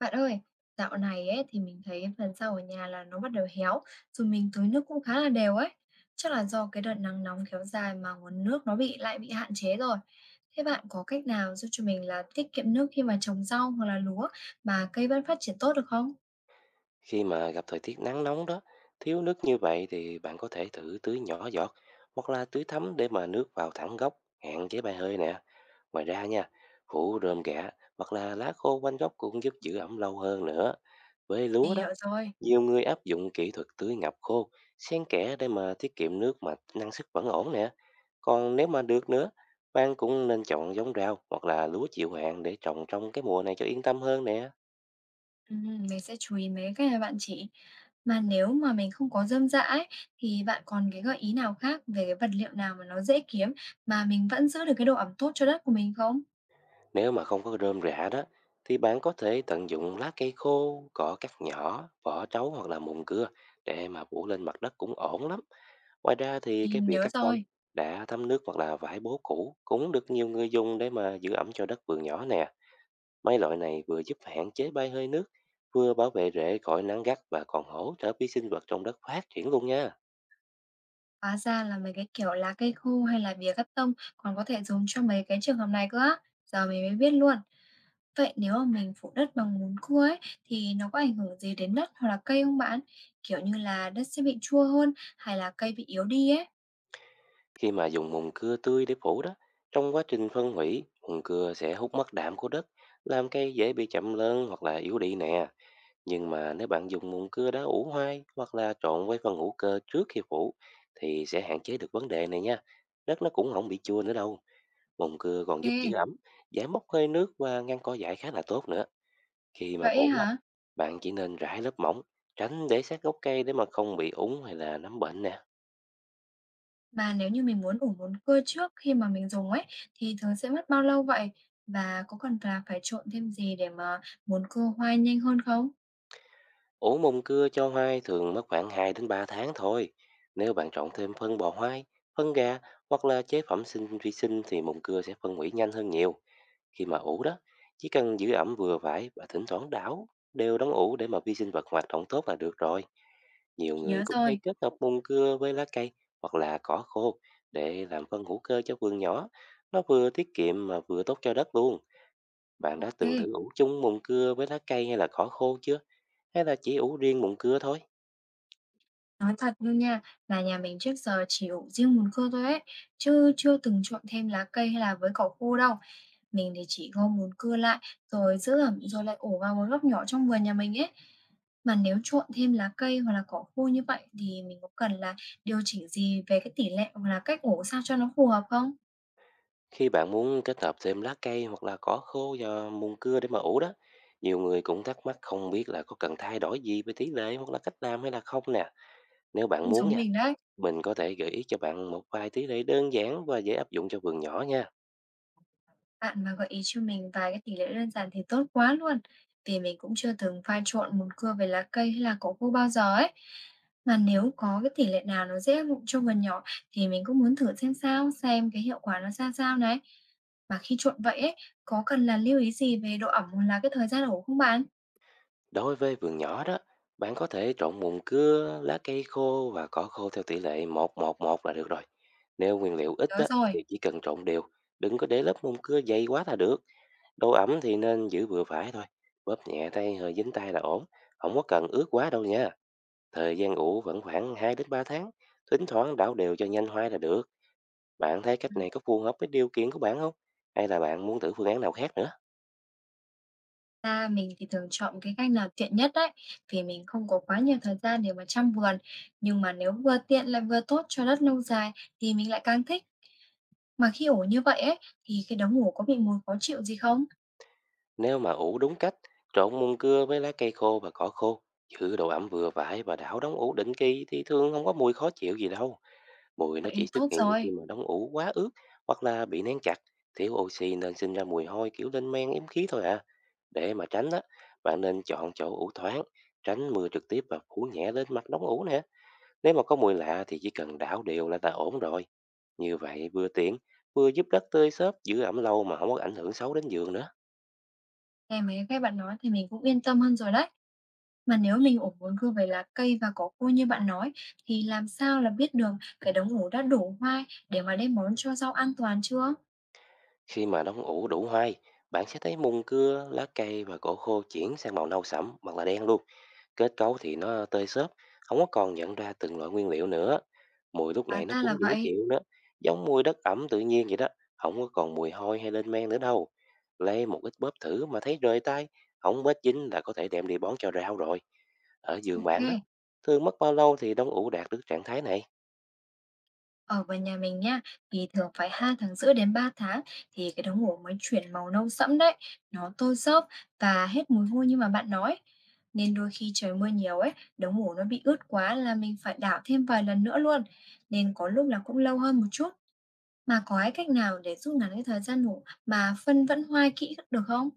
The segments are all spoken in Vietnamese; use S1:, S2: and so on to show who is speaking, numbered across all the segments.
S1: Bạn ơi, dạo này ấy thì mình thấy phần rau ở nhà là nó bắt đầu héo, rồi mình tưới nước cũng khá là đều ấy. Chắc là do cái đợt nắng nóng kéo dài mà nguồn nước nó bị lại bị hạn chế rồi. Thế bạn có cách nào giúp cho mình là tiết kiệm nước khi mà trồng rau hoặc là lúa mà cây vẫn phát triển tốt được không?
S2: Khi mà gặp thời tiết nắng nóng đó, thiếu nước như vậy thì bạn có thể thử tưới nhỏ giọt hoặc là tưới thấm để mà nước vào thẳng gốc, hạn chế bay hơi nè. Ngoài ra nha, phủ rơm rạ hoặc là lá khô quanh gốc cũng giúp giữ ẩm lâu hơn nữa. Với
S1: Mình
S2: lúa
S1: hiểu
S2: đó,
S1: rồi.
S2: nhiều người áp dụng kỹ thuật tưới ngập khô, xen kẽ để mà tiết kiệm nước mà năng suất vẫn ổn nè. Còn nếu mà được nữa, bạn cũng nên chọn giống rau hoặc là lúa chịu hạn để trồng trong cái mùa này cho yên tâm hơn nè.
S1: Ừ, mình sẽ chú ý mấy cái mà bạn chỉ. Mà nếu mà mình không có dơm rạ ấy, thì bạn còn cái gợi ý nào khác về cái vật liệu nào mà nó dễ kiếm mà mình vẫn giữ được cái độ ẩm tốt cho đất của mình không?
S2: Nếu mà không có rơm rạ đó, thì bạn có thể tận dụng lá cây khô, cỏ cắt nhỏ, vỏ trấu hoặc là mùn cưa để mà phủ lên mặt đất cũng ổn lắm. Ngoài ra thì cái
S1: Mình
S2: bìa
S1: nhớ
S2: cắt tông
S1: rồi.
S2: đã thấm nước hoặc là vải bố cũ cũng được nhiều người dùng để mà giữ ẩm cho đất vườn nhỏ nè. Mấy loại này vừa giúp hạn chế bay hơi nước, vừa bảo vệ rễ khỏi nắng gắt và còn hỗ trợ vi sinh vật trong đất phát triển luôn nha.
S1: Hóa ra là mấy cái, lá cây khô hay là bìa cắt tông còn có thể dùng cho mấy cái trường hợp này cơ á, giờ mình mới biết luôn. Vậy nếu mà mình phủ đất bằng mùn cưa ấy, thì nó có ảnh hưởng gì đến đất hoặc là cây không bạn? Kiểu như là đất sẽ bị chua hơn hay là cây bị yếu đi ấy?
S2: Khi mà dùng mùn cưa tươi để phủ đó, trong quá trình phân hủy, mùn cưa sẽ hút mất đạm của đất, làm cây dễ bị chậm lớn hoặc là yếu đi nè. Nhưng mà nếu bạn dùng mùn cưa đá ủ hoai hoặc là trộn với phân hữu cơ trước khi phủ thì sẽ hạn chế được vấn đề này nha. Đất nó cũng không bị chua nữa đâu. Mùn cưa còn giúp giữ
S1: Ok.
S2: ẩm, giải mốc hơi nước và ngăn cỏ dại khá là tốt nữa. Khi mà
S1: Vậy ấy
S2: phủ đó,
S1: hả?
S2: bạn chỉ nên rải lớp mỏng, tránh để sát gốc cây để mà không bị úng hay là nấm bệnh nè.
S1: Mà nếu như mình muốn ủ mùn cưa trước khi mà mình dùng ấy, thì thường sẽ mất bao lâu vậy? Và có cần là phải trộn thêm gì để mà mùn cưa hoa nhanh hơn không?
S2: Ủ mùng cưa cho hoai thường mất khoảng 2 đến 3 tháng thôi. Nếu bạn trộn thêm phân bò hoai, phân gà hoặc là chế phẩm sinh vi sinh thì mùng cưa sẽ phân hủy nhanh hơn nhiều. Khi mà ủ đó, chỉ cần giữ ẩm vừa phải và thỉnh thoảng đảo đều đóng ủ để mà vi sinh vật hoạt động tốt là được rồi. Nhiều
S1: Mình
S2: người
S1: nhớ
S2: cũng hay
S1: rồi,
S2: kết hợp mùng cưa với lá cây hoặc là cỏ khô để làm phân hữu cơ cho vườn nhỏ. Nó vừa tiết kiệm mà vừa tốt cho đất luôn. Bạn đã từng
S1: ok.
S2: thử ủ chung mùng cưa với lá cây hay là cỏ khô chưa? Hay là chỉ ủ riêng mùn cưa thôi?
S1: Nói thật luôn nha, là nhà mình trước giờ chỉ ủ riêng mùn cưa thôi ấy, chứ chưa từng trộn thêm lá cây hay là với cỏ khô đâu. Mình thì chỉ gom mùn cưa lại, rồi giữ ẩm rồi lại ủ vào một góc nhỏ trong vườn nhà mình ấy. Mà nếu trộn thêm lá cây hoặc là cỏ khô như vậy thì mình có cần là điều chỉnh gì về cái tỷ lệ hoặc là cách ủ sao cho nó phù hợp không?
S2: Khi bạn muốn kết hợp thêm lá cây hoặc là cỏ khô vào mùn cưa để mà ủ đó, nhiều người cũng thắc mắc không biết là có cần thay đổi gì về tỷ lệ hoặc là cách làm hay là không nè. Nếu bạn
S1: Cũng
S2: muốn
S1: giống
S2: nha,
S1: mình đấy.
S2: mình có thể gợi ý cho bạn một vài tỷ lệ đơn giản và dễ áp dụng cho vườn nhỏ nha.
S1: Bạn mà gợi ý cho mình vài cái tỷ lệ đơn giản thì tốt quá luôn, vì mình cũng chưa từng pha trộn mùn cưa với lá cây hay là cỏ khô bao giờ ấy. Mà nếu có cái tỷ lệ nào nó dễ áp dụng cho vườn nhỏ thì mình cũng muốn thử xem sao, xem cái hiệu quả nó ra sao này. Mà khi trộn vậy ấy, có cần là lưu ý gì về độ ẩm hoặc là cái thời gian ủ không bạn?
S2: Đối với vườn nhỏ đó, bạn có thể trộn mùn cưa, lá cây khô và cỏ khô theo tỷ lệ một một một là được rồi. Nếu nguyên liệu ít
S1: Nhớ
S2: á,
S1: rồi.
S2: thì chỉ cần trộn đều, đừng có để lớp mùn cưa dày quá là được. Độ ẩm thì nên giữ vừa phải thôi, bóp nhẹ tay hơi dính tay là ổn, không có cần ướt quá đâu nha. Thời gian ủ vẫn khoảng 2 đến 3 tháng, thỉnh thoảng đảo đều cho nhanh hoai là được. Bạn thấy
S1: Ừ,
S2: cách này có phù hợp với điều kiện của bạn không? Hay là bạn muốn thử phương án nào khác nữa?
S1: ra mình thì thường chọn cái cách nào tiện nhất đấy, vì mình không có quá nhiều thời gian để mà chăm vườn. Nhưng mà nếu vừa tiện lại vừa tốt cho đất lâu dài thì mình lại càng thích. Mà khi ổ như vậy ấy, thì cái đống ổ có bị mùi khó chịu gì không?
S2: Nếu mà ủ đúng cách, trộn mùn cưa với lá cây khô và cỏ khô, giữ độ ẩm vừa phải và đảo đóng ủ định kỳ thì thường không có mùi khó chịu gì đâu. Mùi nó
S1: Vậy
S2: chỉ
S1: thì
S2: xuất
S1: tốt
S2: hiện khi
S1: rồi,
S2: mà đống ủ quá ướt hoặc là bị nén chặt, thiếu oxy nên sinh ra mùi hôi kiểu lên men yếm khí thôi à. Để mà tránh đó, bạn nên chọn chỗ ủ thoáng, tránh mưa trực tiếp và phủ nhẹ lên mặt đống ủ nè. Nếu mà có mùi lạ thì chỉ cần đảo đều là ta ổn rồi. Như vậy vừa tiện, vừa giúp đất tươi xốp giữ ẩm lâu mà không có ảnh hưởng xấu đến giường nữa.
S1: nghe mấy cái bạn nói thì mình cũng yên tâm hơn rồi đấy. Mà nếu mình ổ muốn cứ về lá cây và cỏ khô như bạn nói, thì làm sao là biết được cái đống ổ đã đủ hoai để mà đem món cho rau an toàn chưa?
S2: Khi mà nóng ủ đủ hoai, bạn sẽ thấy mùn cưa, lá cây và cỏ khô chuyển sang màu nâu sẫm hoặc là đen luôn. Kết cấu thì nó tơi xốp, không có còn nhận ra từng loại nguyên liệu nữa. Mùi lúc
S1: Hóa
S2: này nó
S1: ra
S2: cũng
S1: là
S2: dễ
S1: vậy.
S2: chịu nữa, giống mùi đất ẩm tự nhiên vậy đó, không có còn mùi hôi hay lên men nữa đâu. Lấy một ít bóp thử mà thấy rời tay, không bết dính là có thể đem đi bón cho rau rồi. Ở giường bạn đó,
S1: Ok.
S2: thường mất bao lâu thì đông ủ đạt được trạng thái này?
S1: Ở bên nhà mình nha, thì thường phải 2,5 đến 3 tháng thì cái đống ngủ mới chuyển màu nâu sẫm đấy, nó tôi xốp và hết mùi hôi như mà bạn nói. Nên đôi khi trời mưa nhiều ấy, đống ngủ nó bị ướt quá là mình phải đảo thêm vài lần nữa luôn. Nên có lúc là cũng lâu hơn một chút. Mà có cái cách nào để rút ngắn cái thời gian ngủ mà phân vẫn hoai kỹ được không?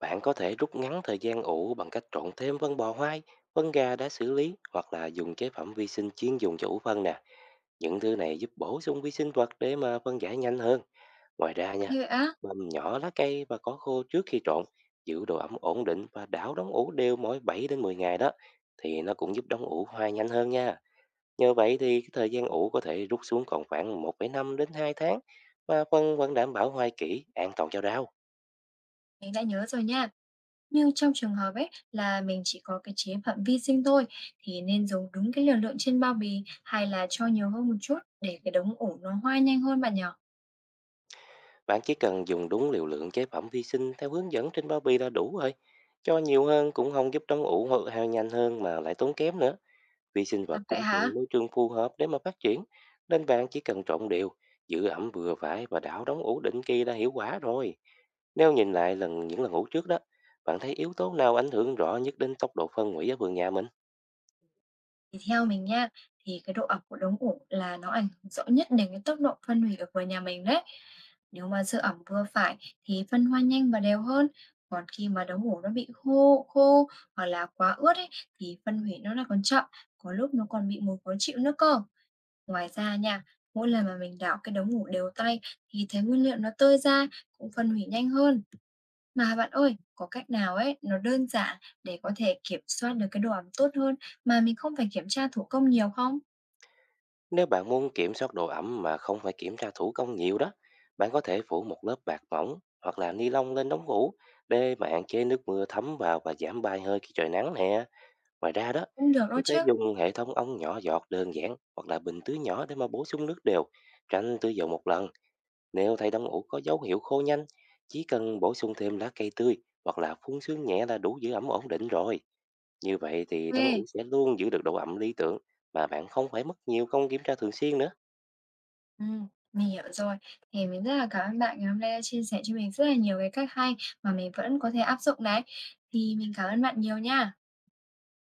S2: Bạn có thể rút ngắn thời gian ủ bằng cách trộn thêm phân bò hoai, phân gà đã xử lý hoặc là dùng chế phẩm vi sinh chuyên dùng cho ủ phân nè. Những thứ này giúp bổ sung vi sinh vật để mà phân giải nhanh hơn. Ngoài ra nha,
S1: Như vậy á,
S2: bầm nhỏ lá cây và cỏ khô trước khi trộn, giữ độ ẩm ổn định và đảo đóng ủ đều mỗi 7 đến 10 ngày đó thì nó cũng giúp đóng ủ hoai nhanh hơn nha. Nhờ vậy thì cái thời gian ủ có thể rút xuống còn khoảng 1,5 đến 2 tháng và phân vẫn đảm bảo hoai kỹ, an toàn cho rau.
S1: mình đã nhớ rồi nha. Như trong trường hợp ấy là mình chỉ có cái chế phẩm vi sinh thôi thì nên dùng đúng cái liều lượng trên bao bì hay là cho nhiều hơn một chút để cái đống ủ nó hoa nhanh hơn bạn nhỏ?
S2: Bạn chỉ cần dùng đúng liều lượng chế phẩm vi sinh theo hướng dẫn trên bao bì là đủ rồi. Cho nhiều hơn cũng không giúp trong ủ hoặc hao nhanh hơn mà lại tốn kém nữa. Vi sinh
S1: Thật
S2: vật
S1: vậy
S2: cũng
S1: hả?
S2: cần môi trường phù hợp để mà phát triển. Nên bạn chỉ cần trộn đều, giữ ẩm vừa phải và đảo đóng ủ định kỳ đã hiệu quả rồi. Nếu nhìn lại lần những lần ủ trước đó, bạn thấy yếu tố nào ảnh hưởng rõ nhất đến tốc độ phân hủy ở vườn nhà mình?
S1: Thì theo mình nha, thì cái độ ẩm của đống ủ là nó ảnh hưởng rõ nhất đến cái tốc độ phân hủy ở vườn nhà mình đấy. Nếu mà giữ ẩm vừa phải thì phân hoa nhanh và đều hơn. Còn khi mà đống ủ nó bị khô khô hoặc là quá ướt ấy thì phân hủy nó là còn chậm, có lúc nó còn bị mùi khó chịu nữa cơ. Ngoài ra nha, mỗi lần mà mình đảo cái đống ngủ đều tay thì thấy nguyên liệu nó tơi ra, cũng phân hủy nhanh hơn. Mà bạn ơi, có cách nào ấy nó đơn giản để có thể kiểm soát được cái độ ẩm tốt hơn mà mình không phải kiểm tra thủ công nhiều không?
S2: Nếu bạn muốn kiểm soát độ ẩm mà không phải kiểm tra thủ công nhiều đó, bạn có thể phủ một lớp bạt mỏng hoặc là ni lông lên đống hũ để mà hạn chế nước mưa thấm vào và giảm bay hơi khi trời nắng nè. Ngoài ra đó,
S1: Cũng được đó
S2: có thể
S1: chứ.
S2: dùng hệ thống ống nhỏ giọt đơn giản hoặc là bình tưới nhỏ để mà bổ sung nước đều, tránh tưới dầu một lần. Nếu thấy đống hũ có dấu hiệu khô nhanh, chỉ cần bổ sung thêm lá cây tươi hoặc là phun sương nhẹ là đủ giữ ẩm ổn định rồi. Như vậy thì đống
S1: Ok,
S2: hũ sẽ luôn giữ được độ ẩm lý tưởng mà bạn không phải mất nhiều công kiểm tra thường xuyên nữa.
S1: ừ, mình hiểu rồi. Thì mình rất là cảm ơn bạn ngày hôm nay đã chia sẻ cho mình rất là nhiều cái cách hay mà mình vẫn có thể áp dụng đấy. Thì mình cảm ơn bạn nhiều nha.